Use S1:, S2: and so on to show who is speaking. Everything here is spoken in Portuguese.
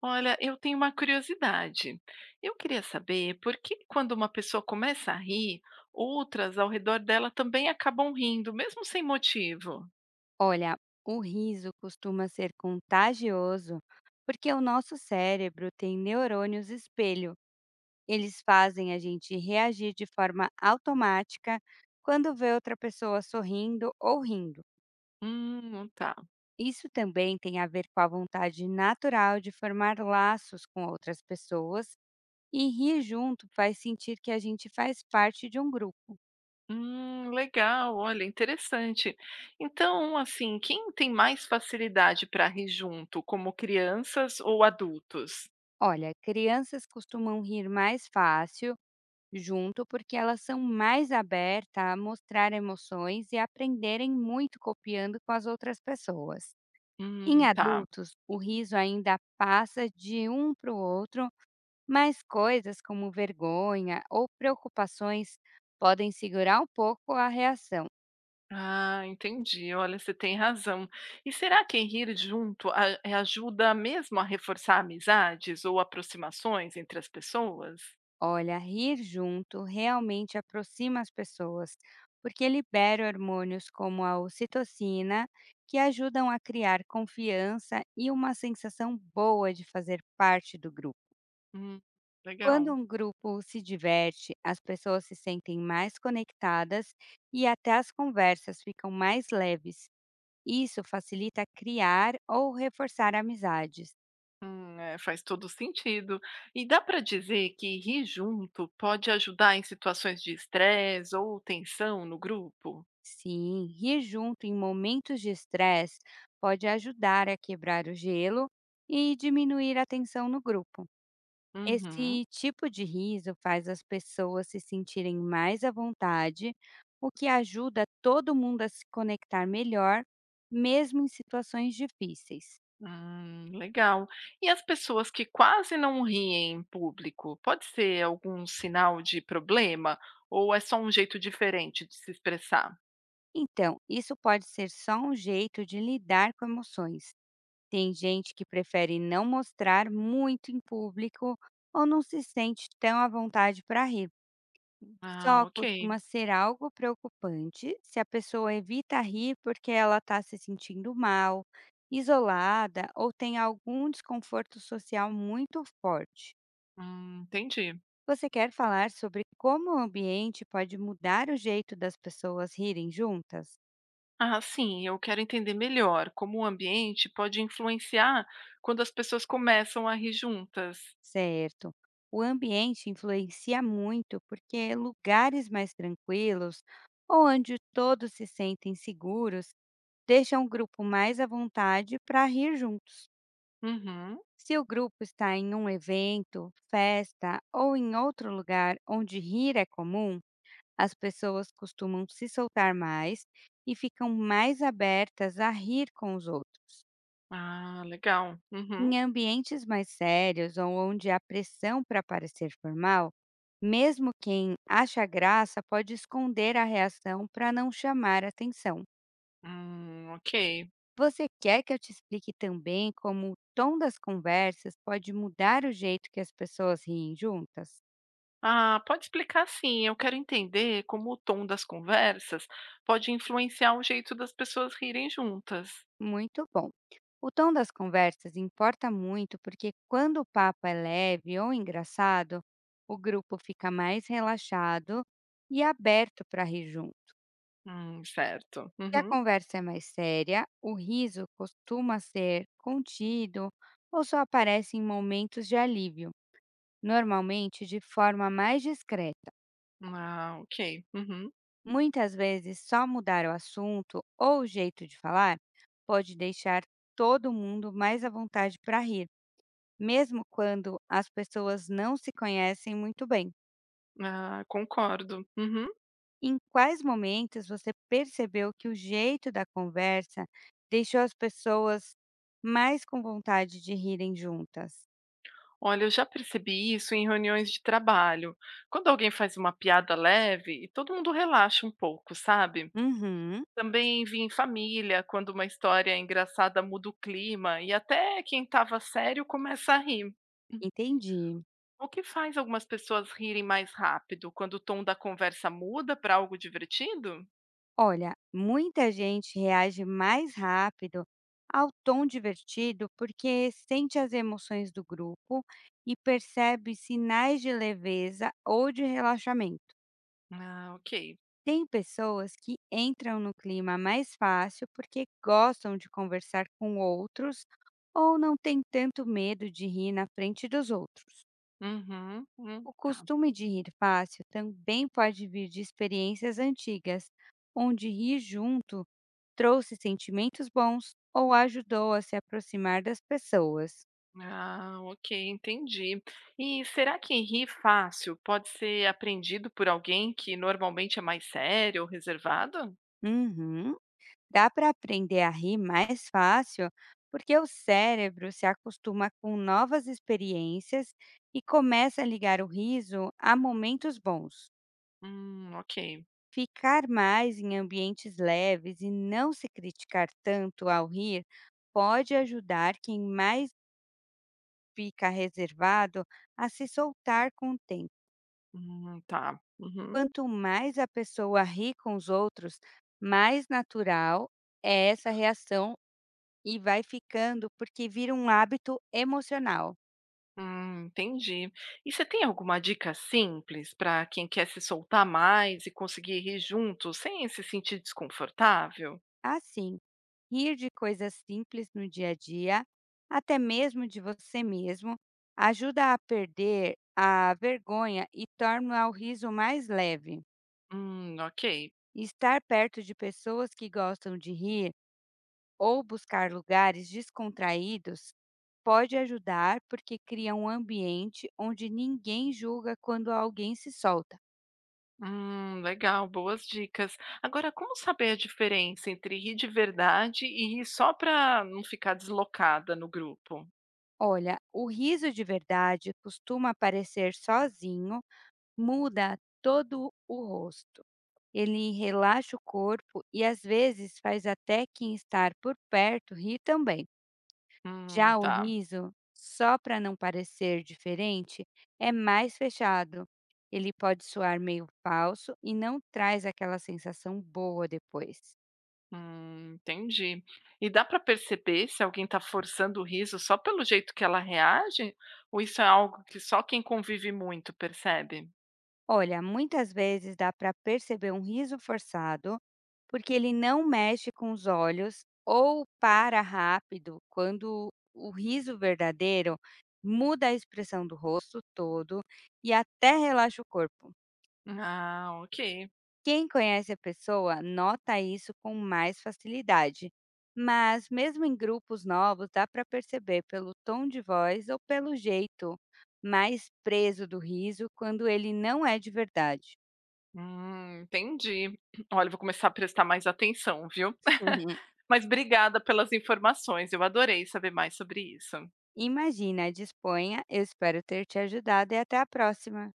S1: Olha, eu tenho uma curiosidade. Eu queria saber por que, quando uma pessoa começa a rir, outras ao redor dela também acabam rindo, mesmo sem motivo.
S2: Olha, o riso costuma ser contagioso porque o nosso cérebro tem neurônios espelho. Eles fazem a gente reagir de forma automática quando vê outra pessoa sorrindo ou rindo.
S1: Tá.
S2: Isso também tem a ver com a vontade natural de formar laços com outras pessoas, e rir junto faz sentir que a gente faz parte de um grupo.
S1: Legal, olha, interessante. Então, assim, quem tem mais facilidade para rir junto, como crianças ou adultos?
S2: Olha, crianças costumam rir mais fácil junto, porque elas são mais abertas a mostrar emoções e aprenderem muito copiando com as outras pessoas. Em
S1: Tá.
S2: adultos, o riso ainda passa de um para o outro, mas coisas como vergonha ou preocupações podem segurar um pouco a reação.
S1: Ah, entendi. Olha, você tem razão. E será que rir junto ajuda mesmo a reforçar amizades ou aproximações entre as pessoas?
S2: Olha, rir junto realmente aproxima as pessoas, porque libera hormônios como a ocitocina, que ajudam a criar confiança e uma sensação boa de fazer parte do grupo.
S1: Hum,
S2: Quando
S1: legal.
S2: um grupo se diverte, as pessoas se sentem mais conectadas e até as conversas ficam mais leves. Isso facilita criar ou reforçar amizades.
S1: É, faz todo sentido. E dá para dizer que rir junto pode ajudar em situações de estresse ou tensão no grupo?
S2: Sim, rir junto em momentos de estresse pode ajudar a quebrar o gelo e diminuir a tensão no grupo.
S1: Uhum.
S2: Esse tipo de riso faz as pessoas se sentirem mais à vontade, o que ajuda todo mundo a se conectar melhor, mesmo em situações difíceis.
S1: Legal. E as pessoas que quase não riem em público, pode ser algum sinal de problema ou é só um jeito diferente de se expressar?
S2: Então, isso pode ser só um jeito de lidar com emoções. Tem gente que prefere não mostrar muito em público ou não se sente tão à vontade para rir.
S1: Ah,
S2: Só
S1: ok.
S2: costuma ser algo preocupante se a pessoa evita rir porque ela está se sentindo mal, isolada ou tem algum desconforto social muito forte.
S1: Entendi.
S2: Você quer falar sobre como o ambiente pode mudar o jeito das pessoas rirem juntas?
S1: Ah, sim, eu quero entender melhor como o ambiente pode influenciar quando as pessoas começam a rir juntas.
S2: Certo. O ambiente influencia muito porque lugares mais tranquilos ou onde todos se sentem seguros deixam o grupo mais à vontade para rir juntos.
S1: Uhum.
S2: Se o grupo está em um evento, festa ou em outro lugar onde rir é comum, as pessoas costumam se soltar mais e ficam mais abertas a rir com os outros.
S1: Ah, legal. Uhum.
S2: Em ambientes mais sérios ou onde há pressão para parecer formal, mesmo quem acha graça pode esconder a reação para não chamar atenção.
S1: Ok.
S2: Você quer que eu te explique também como o tom das conversas pode mudar o jeito que as pessoas riem juntas?
S1: Ah, pode explicar sim. Eu quero entender como o tom das conversas pode influenciar o jeito das pessoas rirem juntas.
S2: Muito bom. O tom das conversas importa muito porque, quando o papo é leve ou engraçado, o grupo fica mais relaxado e aberto para rir junto.
S1: Certo.
S2: Se a
S1: Uhum.
S2: conversa é mais séria, o riso costuma ser contido ou só aparece em momentos de alívio, normalmente de forma mais discreta.
S1: Ah, ok. Uhum.
S2: Muitas vezes, só mudar o assunto ou o jeito de falar pode deixar todo mundo mais à vontade para rir, mesmo quando as pessoas não se conhecem muito bem.
S1: Ah, concordo. Uhum.
S2: Em quais momentos você percebeu que o jeito da conversa deixou as pessoas mais com vontade de rirem juntas?
S1: Olha, eu já percebi isso em reuniões de trabalho. Quando alguém faz uma piada leve, todo mundo relaxa um pouco, sabe?
S2: Uhum,
S1: Também vi em família, quando uma história engraçada muda o clima e até quem estava sério começa a rir.
S2: entendi.
S1: O que faz algumas pessoas rirem mais rápido quando o tom da conversa muda para algo divertido?
S2: Olha, muita gente reage mais rápido ao tom divertido porque sente as emoções do grupo e percebe sinais de leveza ou de relaxamento.
S1: Ah, ok.
S2: Tem pessoas que entram no clima mais fácil porque gostam de conversar com outros ou não têm tanto medo de rir na frente dos outros.
S1: Uhum,
S2: O
S1: tá.
S2: costume de rir fácil também pode vir de experiências antigas, onde rir junto trouxe sentimentos bons ou ajudou a se aproximar das pessoas.
S1: Ah, ok, entendi. E será que rir fácil pode ser aprendido por alguém que normalmente é mais sério ou reservado?
S2: Uhum. Dá para aprender a rir mais fácil porque o cérebro se acostuma com novas experiências e começa a ligar o riso a momentos bons.
S1: Ok.
S2: Ficar mais em ambientes leves e não se criticar tanto ao rir pode ajudar quem mais fica reservado a se soltar com o tempo.
S1: Tá. Uhum.
S2: Quanto mais a pessoa ri com os outros, mais natural é essa reação, e vai ficando porque vira um hábito emocional.
S1: Entendi. E você tem alguma dica simples para quem quer se soltar mais e conseguir rir junto sem se sentir desconfortável?
S2: Assim, rir de coisas simples no dia a dia, até mesmo de você mesmo, ajuda a perder a vergonha e torna o riso mais leve.
S1: Ok.
S2: Estar perto de pessoas que gostam de rir ou buscar lugares descontraídos pode ajudar porque cria um ambiente onde ninguém julga quando alguém se solta.
S1: Legal, boas dicas. Agora, como saber a diferença entre rir de verdade e rir só para não ficar deslocada no grupo?
S2: Olha, o riso de verdade costuma aparecer sozinho, muda todo o rosto. Ele relaxa o corpo e às vezes faz até quem estar por perto rir também. Já o
S1: Tá.
S2: riso, só para não parecer diferente, é mais fechado. Ele pode soar meio falso e não traz aquela sensação boa depois.
S1: Entendi. E dá para perceber se alguém está forçando o riso só pelo jeito que ela reage? Ou isso é algo que só quem convive muito percebe?
S2: Olha, muitas vezes dá para perceber um riso forçado, porque ele não mexe com os olhos ou para rápido, quando o riso verdadeiro muda a expressão do rosto todo e até relaxa o corpo.
S1: Ah, ok.
S2: Quem conhece a pessoa nota isso com mais facilidade, mas mesmo em grupos novos dá para perceber pelo tom de voz ou pelo jeito mais preso do riso quando ele não é de verdade.
S1: Entendi. Olha, eu vou começar a prestar mais atenção, viu? Mas obrigada pelas informações, eu adorei saber mais sobre isso.
S2: Imagina, disponha, eu espero ter te ajudado e até a próxima.